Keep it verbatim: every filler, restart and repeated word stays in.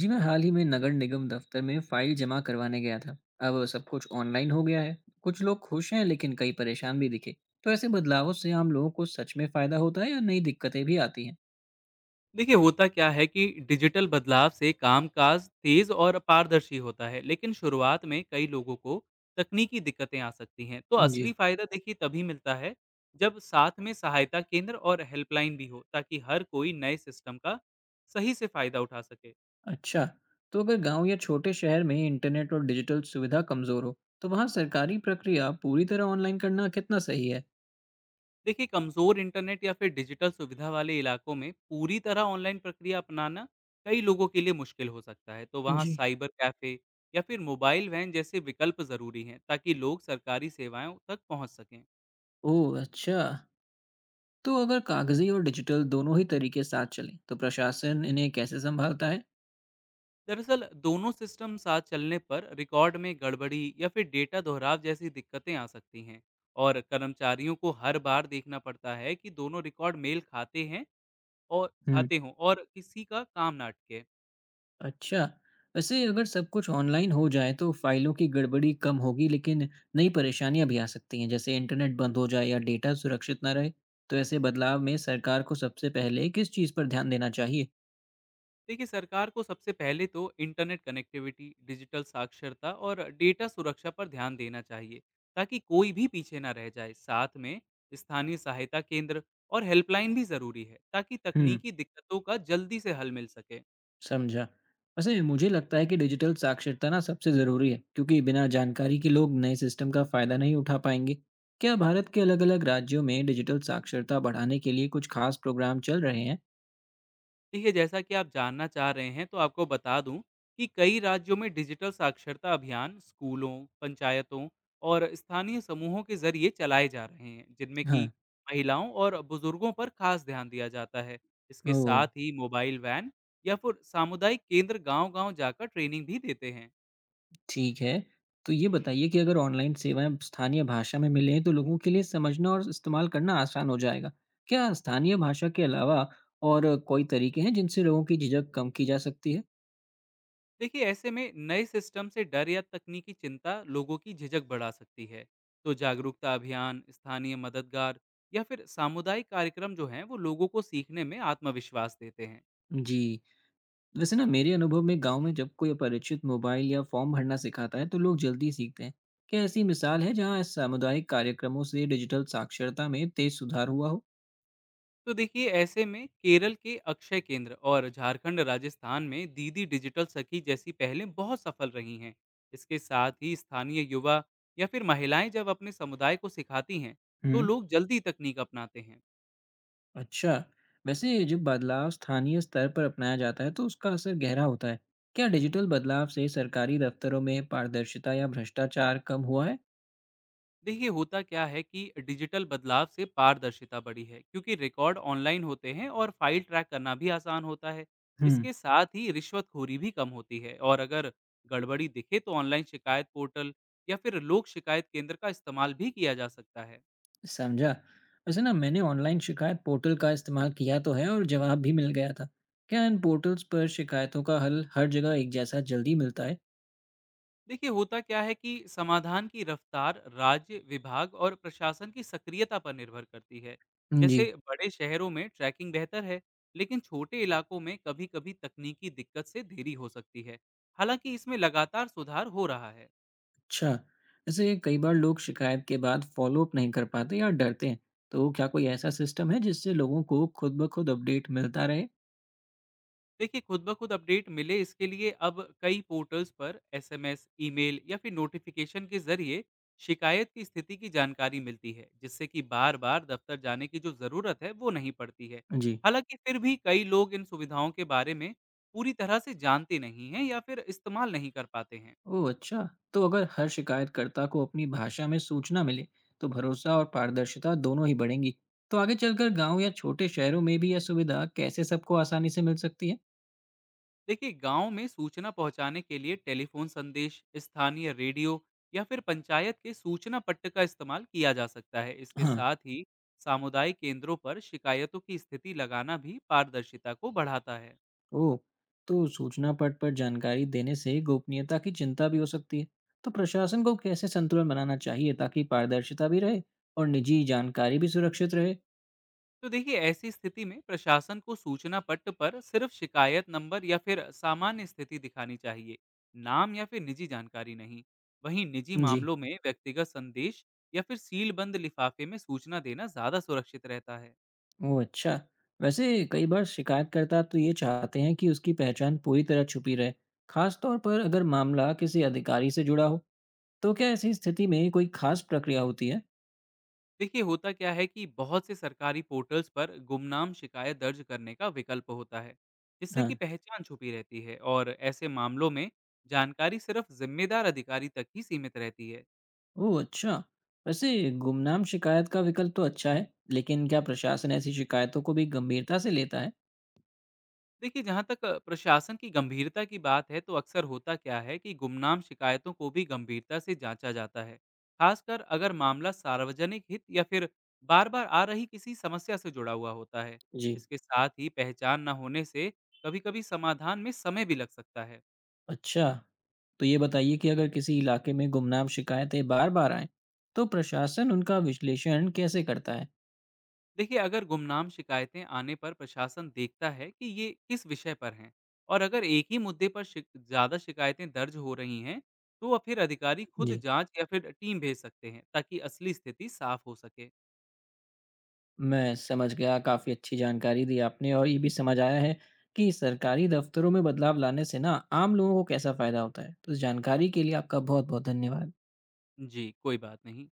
जी, मैं हाल ही में नगर निगम दफ्तर में फाइल जमा करवाने गया था। अब सब कुछ ऑनलाइन हो गया है। कुछ लोग खुश हैं लेकिन कई परेशान भी दिखे। तो ऐसे बदलावों से आम लोगों को सच में फायदा होता है या नई दिक्कतें भी आती हैं? देखिए, होता क्या है कि डिजिटल बदलाव से कामकाज तेज और पारदर्शी होता है, लेकिन शुरुआत में कई लोगों को तकनीकी दिक्कतें आ सकती हैं। तो जी। असली फायदा देखिए तभी मिलता है जब साथ में सहायता केंद्र और हेल्पलाइन भी हो, ताकि हर कोई नए सिस्टम का सही से फायदा उठा सके। अच्छा, तो अगर गांव या छोटे शहर में इंटरनेट और डिजिटल सुविधा कमजोर हो तो वहाँ सरकारी प्रक्रिया पूरी तरह ऑनलाइन करना कितना सही है? देखिए, कमज़ोर इंटरनेट या फिर डिजिटल सुविधा वाले इलाकों में पूरी तरह ऑनलाइन प्रक्रिया अपनाना कई लोगों के लिए मुश्किल हो सकता है। तो वहाँ जी। साइबर कैफ़े या फिर मोबाइल वैन जैसे विकल्प ज़रूरी हैं, ताकि लोग सरकारी सेवाओं तक पहुँच सकें। ओह अच्छा, तो अगर कागजी और डिजिटल दोनों ही तरीके साथ चलें तो प्रशासन इन्हें कैसे संभालता दरअसल दोनों सिस्टम साथ चलने पर रिकॉर्ड में गड़बड़ी या फिर डेटा दोहराव जैसी दिक्कतें आ सकती हैं। और कर्मचारियों को हर बार देखना पड़ता है कि दोनों रिकॉर्ड मेल खाते हैं और है? खाते हों, और किसी का काम ना अटके। अच्छा। वैसे अगर सब कुछ ऑनलाइन हो जाए तो फ़ाइलों की गड़बड़ी कम होगी लेकिन नई परेशानियाँ भी आ सकती हैं, जैसे इंटरनेट बंद हो जाए या डेटा सुरक्षित ना रहे। तो ऐसे बदलाव में सरकार को सबसे पहले किस चीज़ पर ध्यान देना चाहिए? देखिए, सरकार को सबसे पहले तो इंटरनेट कनेक्टिविटी, डिजिटल साक्षरता और डेटा सुरक्षा पर ध्यान देना चाहिए, ताकि कोई भी पीछे ना रह जाए। साथ में स्थानीय सहायता केंद्र और हेल्पलाइन भी जरूरी है, ताकि हुँ, तकनीकी दिक्कतों का जल्दी से हल मिल सके। समझा। वैसे मुझे लगता है कि डिजिटल साक्षरता ना सबसे ज़रूरी है क्योंकि बिना जानकारी के लोग नए सिस्टम का फ़ायदा नहीं उठा पाएँगे। क्या भारत के अलग-अलग राज्यों में डिजिटल साक्षरता बढ़ाने के लिए कुछ खास प्रोग्राम चल रहे हैं? देखिए, जैसा कि आप जानना चाह रहे हैं, तो आपको बता दूं कि कई राज्यों में डिजिटल साक्षरता अभियान स्कूलों, पंचायतों और स्थानीय समूहों के जरिए चलाए जा रहे हैं, जिनमें कि हाँ। महिलाओं और बुजुर्गों पर खास ध्यान दिया जाता है। इसके ओह! साथ ही मोबाइल वैन या फिर सामुदायिक केंद्र गांव-गांव जाकर ट्रेनिंग भी देते हैं। ठीक है। तो ये बताइए कि अगर ऑनलाइन सेवाएँ स्थानीय भाषा में मिलें तो लोगों के लिए समझना और इस्तेमाल करना आसान हो जाएगा। क्या स्थानीय भाषा के अलावा और कोई तरीके हैं जिनसे लोगों की झिझक कम की जा सकती है? देखिए, ऐसे में नए सिस्टम से डर या तकनीकी चिंता लोगों की झिझक बढ़ा सकती है। तो जागरूकता अभियान, स्थानीय मददगार या फिर सामुदायिक कार्यक्रम जो हैं, वो लोगों को सीखने में आत्मविश्वास देते हैं। जी। वैसे ना मेरे अनुभव में गाँव में जब कोई अपरिचित मोबाइल या फ़ॉर्म भरना सिखाता है तो लोग जल्दी सीखते हैं। क्या ऐसी मिसाल है जहाँ सामुदायिक कार्यक्रमों से डिजिटल साक्षरता में तेज़ सुधार हुआ हो? तो देखिए, ऐसे में केरल के अक्षय केंद्र और झारखंड राजस्थान में दीदी डिजिटल सखी जैसी पहलें बहुत सफल रही हैं। इसके साथ ही स्थानीय युवा या फिर महिलाएं जब अपने समुदाय को सिखाती हैं, तो हुँ। लोग जल्दी तकनीक अपनाते हैं। अच्छा, वैसे जब बदलाव स्थानीय स्तर पर अपनाया जाता है तो उसका असर गहरा होता है। क्या डिजिटल बदलाव से सरकारी दफ्तरों में पारदर्शिता या भ्रष्टाचार कम हुआ है? देखिए, होता क्या है कि डिजिटल बदलाव से पारदर्शिता बढ़ी है, क्योंकि रिकॉर्ड ऑनलाइन होते हैं और फाइल ट्रैक करना भी आसान होता है। हुँ, इसके साथ ही रिश्वतखोरी भी कम होती है, और अगर गड़बड़ी दिखे तो ऑनलाइन शिकायत पोर्टल या फिर लोक शिकायत केंद्र का इस्तेमाल भी किया जा सकता है। समझा। वैसे ना मैंने ऑनलाइन शिकायत पोर्टल का इस्तेमाल किया तो है और जवाब भी मिल गया था। क्या इन पोर्टल्स पर शिकायतों का हल हर जगह एक जैसा जल्दी मिलता है? देखिए, होता क्या है कि समाधान की रफ्तार राज्य, विभाग और प्रशासन की सक्रियता पर निर्भर करती है। जी। जैसे बड़े शहरों में ट्रैकिंग बेहतर है, लेकिन छोटे इलाकों में कभी कभी तकनीकी दिक्कत से देरी हो सकती है। हालांकि इसमें लगातार सुधार हो रहा है। अच्छा। वैसे कई बार लोग शिकायत के बाद फॉलोअप नहीं कर पाते या डरते हैं। तो क्या कोई ऐसा सिस्टम है जिससे लोगों को खुद ब खुद अपडेट मिलता रहे? देखिए, खुद ब खुद अपडेट मिले इसके लिए अब कई पोर्टल्स पर एसएमएस, ईमेल या फिर नोटिफिकेशन के जरिए शिकायत की स्थिति की जानकारी मिलती है, जिससे कि बार बार दफ्तर जाने की जो ज़रूरत है, वो नहीं पड़ती है। जी। हालांकि फिर भी कई लोग इन सुविधाओं के बारे में पूरी तरह से जानते नहीं हैं या फिर इस्तेमाल नहीं कर पाते हैं। ओह अच्छा! तो अगर हर शिकायतकर्ता को अपनी भाषा में सूचना मिले, तो भरोसा और पारदर्शिता दोनों ही बढ़ेंगी। तो आगे चलकर गांव या छोटे शहरों में भी यह सुविधा कैसे सबको आसानी से मिल सकती है? देखिए, गांव में सूचना पहुंचाने के लिए टेलीफोन संदेश, स्थानीय रेडियो या फिर पंचायत के सूचना पट्ट का इस्तेमाल किया जा सकता है। इसके हाँ। साथ ही सामुदायिक केंद्रों पर शिकायतों की स्थिति लगाना भी पारदर्शिता को बढ़ाता है। ओह! तो सूचना पट पर जानकारी देने से गोपनीयता की चिंता भी हो सकती है। तो प्रशासन को कैसे संतुलन बनाना चाहिए ताकि पारदर्शिता भी रहे और निजी जानकारी भी सुरक्षित रहे? तो देखिए, ऐसी स्थिति में प्रशासन को सूचना पट्ट पर सिर्फ शिकायत नंबर या फिर सामान्य स्थिति दिखानी चाहिए, नाम या फिर निजी जानकारी नहीं। वहीं निजी जी। मामलों में व्यक्तिगत संदेश या फिर सीलबंद लिफाफे में सूचना देना ज्यादा सुरक्षित रहता है। ओह अच्छा। वैसे कई बार शिकायतकर्ता तो ये चाहते हैं कि उसकी पहचान पूरी तरह छुपी रहे, खास तौर पर अगर मामला किसी अधिकारी से जुड़ा हो। तो क्या ऐसी स्थिति में कोई खास प्रक्रिया होती है? देखिए, होता क्या है कि बहुत से सरकारी पोर्टल्स पर गुमनाम शिकायत दर्ज करने का विकल्प होता है, जिससे कि हाँ। पहचान छुपी रहती है, और ऐसे मामलों में जानकारी सिर्फ जिम्मेदार अधिकारी तक ही सीमित रहती है। ओह अच्छा। वैसे गुमनाम शिकायत का विकल्प तो अच्छा है, लेकिन क्या प्रशासन ऐसी शिकायतों को भी गंभीरता से लेता है? देखिए, जहाँ तक अ, प्रशासन की गंभीरता की बात है, तो अक्सर होता क्या है कि गुमनाम शिकायतों को भी गंभीरता से जांचा जाता है, खासकर अगर मामला सार्वजनिक हित या फिर बार बार आ रही किसी समस्या से जुड़ा हुआ होता है। जी। इसके साथ ही पहचान न होने से कभी कभी समाधान में समय भी लग सकता है। अच्छा। तो ये बताइए कि अगर किसी इलाके में गुमनाम शिकायतें बार-बार आएँ, तो प्रशासन उनका विश्लेषण कैसे करता है? देखिए, अगर गुमनाम शिकायतें आने पर प्रशासन देखता है कि ये किस विषय पर हैं, और अगर एक ही मुद्दे पर शिक, ज्यादा शिकायतें दर्ज हो रही हैं, तो वह फिर अधिकारी खुद जी। जांच या फिर टीम भेज सकते हैं, ताकि असली स्थिति साफ हो सके। मैं समझ गया, काफ़ी अच्छी जानकारी दी आपने और ये भी समझ आया है कि सरकारी दफ्तरों में बदलाव लाने से ना आम लोगों को कैसा फ़ायदा होता है। तो इस जानकारी के लिए आपका बहुत-बहुत धन्यवाद। जी, कोई बात नहीं।